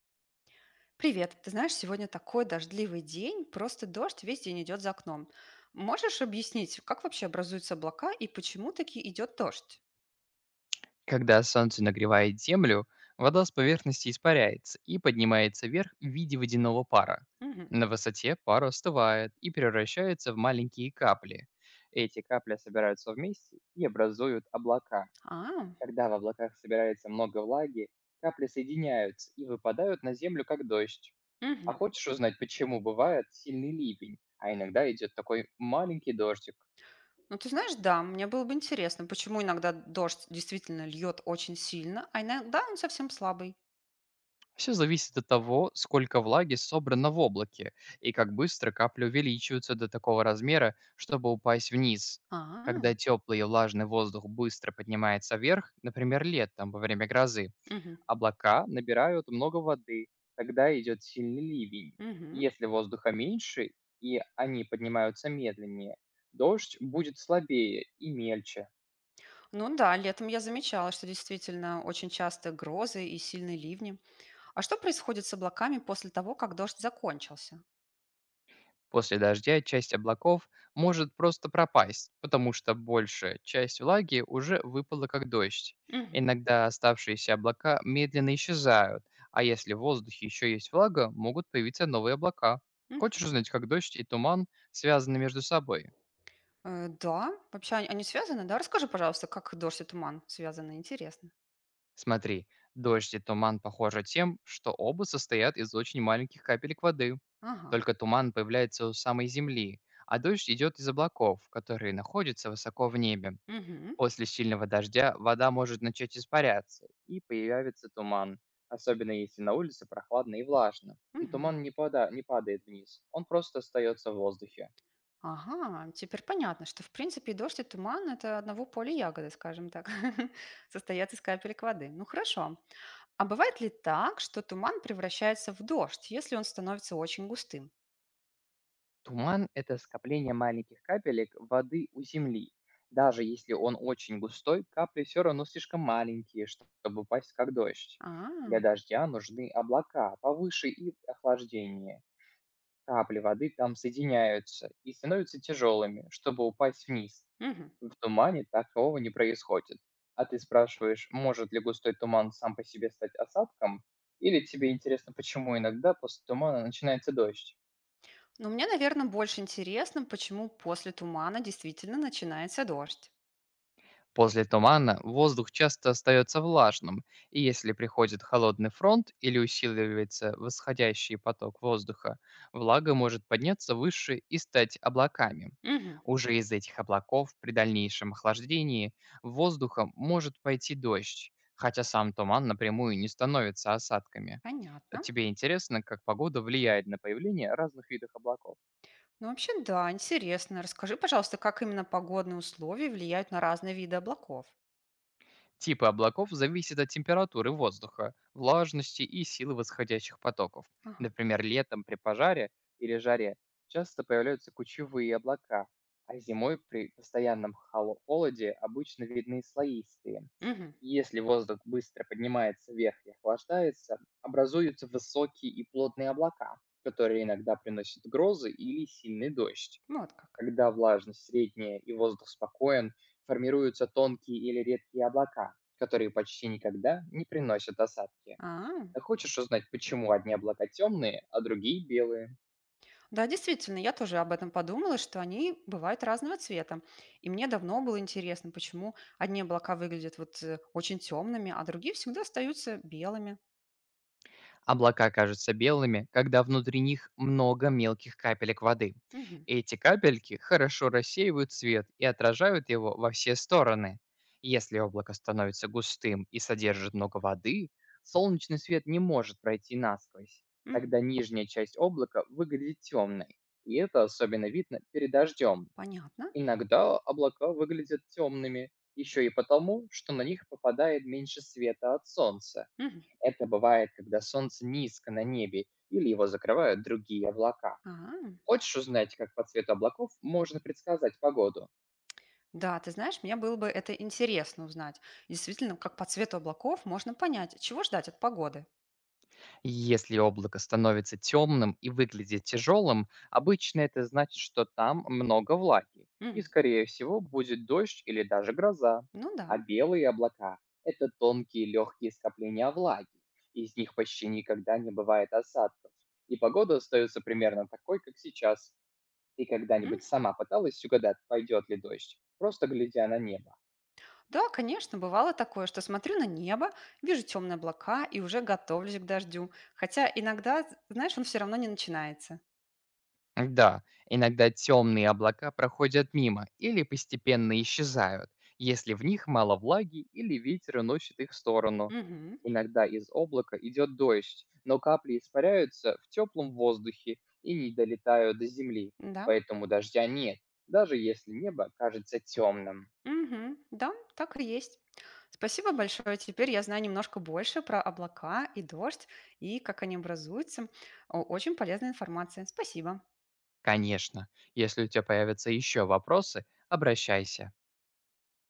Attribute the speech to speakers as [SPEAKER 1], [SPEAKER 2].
[SPEAKER 1] Привет. Ты знаешь, сегодня такой дождливый день, просто дождь весь день идет за окном. Можешь объяснить, как вообще образуются облака и почему таки идет дождь?
[SPEAKER 2] Когда солнце нагревает землю, вода с поверхности испаряется и поднимается вверх в виде водяного пара.
[SPEAKER 1] Мгм.
[SPEAKER 2] На высоте пар остывает и превращается в маленькие капли. Эти капли собираются вместе и образуют облака.
[SPEAKER 1] А,
[SPEAKER 2] Когда в облаках собирается много влаги, капли соединяются и выпадают на землю как дождь. А
[SPEAKER 1] мгм.
[SPEAKER 2] хочешь узнать, почему бывает сильный ливень, а иногда идет такой маленький дождик?
[SPEAKER 1] Ну ты знаешь, да, мне было бы интересно, почему иногда дождь действительно льет очень сильно, а иногда он совсем слабый.
[SPEAKER 2] Все зависит от того, сколько влаги собрано в облаке и как быстро капли увеличиваются до такого размера, чтобы упасть вниз.
[SPEAKER 1] А,
[SPEAKER 2] Когда теплый и влажный воздух быстро поднимается вверх, например, летом во время грозы,
[SPEAKER 1] мгм,
[SPEAKER 2] облака набирают много воды, тогда идет сильный ливень.
[SPEAKER 1] мгм.
[SPEAKER 2] Если воздуха меньше и они поднимаются медленнее, дождь будет слабее и мельче.
[SPEAKER 1] Ну да, летом я замечала, что действительно очень часто грозы и сильные ливни. А что происходит с облаками после того, как дождь закончился?
[SPEAKER 2] После дождя часть облаков может просто пропасть, потому что большая часть влаги уже выпала как дождь.
[SPEAKER 1] Мгм.
[SPEAKER 2] Иногда оставшиеся облака медленно исчезают, а если в воздухе еще есть влага, могут появиться новые облака. Хочешь узнать, как дождь и туман связаны между собой?
[SPEAKER 1] Да, вообще они связаны, да? Расскажи, пожалуйста, как дождь и туман связаны, интересно.
[SPEAKER 2] Смотри, дождь и туман похожи тем, что оба состоят из очень маленьких капелек воды.
[SPEAKER 1] Ага.
[SPEAKER 2] Только туман появляется у самой земли, а дождь идет из облаков, которые находятся высоко в небе.
[SPEAKER 1] Мгм.
[SPEAKER 2] После сильного дождя вода может начать испаряться и появится туман, особенно если на улице прохладно и влажно. Но
[SPEAKER 1] Мгм.
[SPEAKER 2] туман не, не падает вниз, он просто остается в воздухе.
[SPEAKER 1] Ага, теперь понятно, что, в принципе, и дождь и туман– это одного поля ягоды, скажем так, состоят из капелек воды. Ну, хорошо. А бывает ли так, что туман превращается в дождь, если он становится очень густым?
[SPEAKER 2] Туман — это скопление маленьких капелек воды у земли. Даже если он очень густой, капли все равно слишком маленькие, чтобы упасть как дождь.
[SPEAKER 1] А,
[SPEAKER 2] Для дождя нужны облака повыше и охлаждение. Капли воды там соединяются и становятся тяжелыми, чтобы упасть вниз.
[SPEAKER 1] мгм.
[SPEAKER 2] В тумане такого не происходит. А ты спрашиваешь, может ли густой туман сам по себе стать осадком? Или тебе интересно, почему иногда после тумана начинается дождь?
[SPEAKER 1] Ну, мне, наверное, больше интересно, почему после тумана действительно начинается дождь.
[SPEAKER 2] После тумана воздух часто остается влажным, и если приходит холодный фронт или усиливается восходящий поток воздуха, влага может подняться выше и стать облаками.
[SPEAKER 1] Мгм.
[SPEAKER 2] Уже из этих облаков при дальнейшем охлаждении воздухом может пойти дождь, хотя сам туман напрямую не становится осадками.
[SPEAKER 1] Понятно.
[SPEAKER 2] Тебе интересно, как погода влияет на появление разных видов облаков?
[SPEAKER 1] Ну, вообще, да, интересно. Расскажи, пожалуйста, как именно погодные условия влияют на разные виды облаков?
[SPEAKER 2] Типы облаков зависят от температуры воздуха, влажности и силы восходящих потоков.
[SPEAKER 1] Ага.
[SPEAKER 2] Например, летом при пожаре или жаре часто появляются кучевые облака, а зимой при постоянном холоде обычно видны слоистые.
[SPEAKER 1] Мгм.
[SPEAKER 2] Если воздух быстро поднимается вверх и охлаждается, образуются высокие и плотные облака, которые иногда приносят грозы или сильный дождь.
[SPEAKER 1] Вот как.
[SPEAKER 2] Когда влажность средняя и воздух спокоен, формируются тонкие или редкие облака, которые почти никогда не приносят осадки.
[SPEAKER 1] А,
[SPEAKER 2] А хочешь узнать, почему одни облака темные, а другие белые?
[SPEAKER 1] да, действительно, я тоже об этом подумала, что они бывают разного цвета. И мне давно было интересно, почему одни облака выглядят очень темными, а другие всегда остаются белыми.
[SPEAKER 2] Облака кажутся белыми, когда внутри них много мелких капелек воды.
[SPEAKER 1] Мгм.
[SPEAKER 2] Эти капельки хорошо рассеивают свет и отражают его во все стороны. Если облако становится густым и содержит много воды, солнечный свет не может пройти насквозь.
[SPEAKER 1] Мгм.
[SPEAKER 2] Тогда нижняя часть облака выглядит темной, и это особенно видно перед дождем.
[SPEAKER 1] Понятно.
[SPEAKER 2] Иногда облака выглядят темными еще и потому, что на них попадает меньше света от солнца.
[SPEAKER 1] Мгм.
[SPEAKER 2] Это бывает, когда солнце низко на небе или его закрывают другие облака.
[SPEAKER 1] А,
[SPEAKER 2] Хочешь узнать, как по цвету облаков можно предсказать погоду?
[SPEAKER 1] да, ты знаешь, мне было бы это интересно узнать. Действительно, как по цвету облаков можно понять, чего ждать от погоды.
[SPEAKER 2] Если облако становится темным и выглядит тяжелым, обычно это значит, что там много влаги, и,
[SPEAKER 1] Мгм.
[SPEAKER 2] скорее всего, будет дождь или даже гроза.
[SPEAKER 1] Ну да.
[SPEAKER 2] А белые облака — это тонкие легкие скопления влаги. Из них почти никогда не бывает осадков. И погода остается примерно такой, как сейчас. Ты когда-нибудь
[SPEAKER 1] М.
[SPEAKER 2] сама пыталась угадать, пойдет ли дождь, просто глядя на небо?
[SPEAKER 1] Да, конечно, бывало такое, что смотрю на небо, вижу темные облака и уже готовлюсь к дождю. Хотя иногда, знаешь, он все равно не начинается.
[SPEAKER 2] Да, иногда темные облака проходят мимо или постепенно исчезают, если в них мало влаги или ветер уносит их в сторону.
[SPEAKER 1] Мгм.
[SPEAKER 2] Иногда из облака идет дождь, но капли испаряются в теплом воздухе и не долетают до земли,
[SPEAKER 1] Да.
[SPEAKER 2] поэтому дождя нет, даже если небо кажется темным.
[SPEAKER 1] Мгм. Да, так и есть. Спасибо большое. Теперь я знаю немножко больше про облака и дождь, и как они образуются. О, очень полезная информация. Спасибо.
[SPEAKER 2] Конечно, если у тебя появятся еще вопросы, обращайся.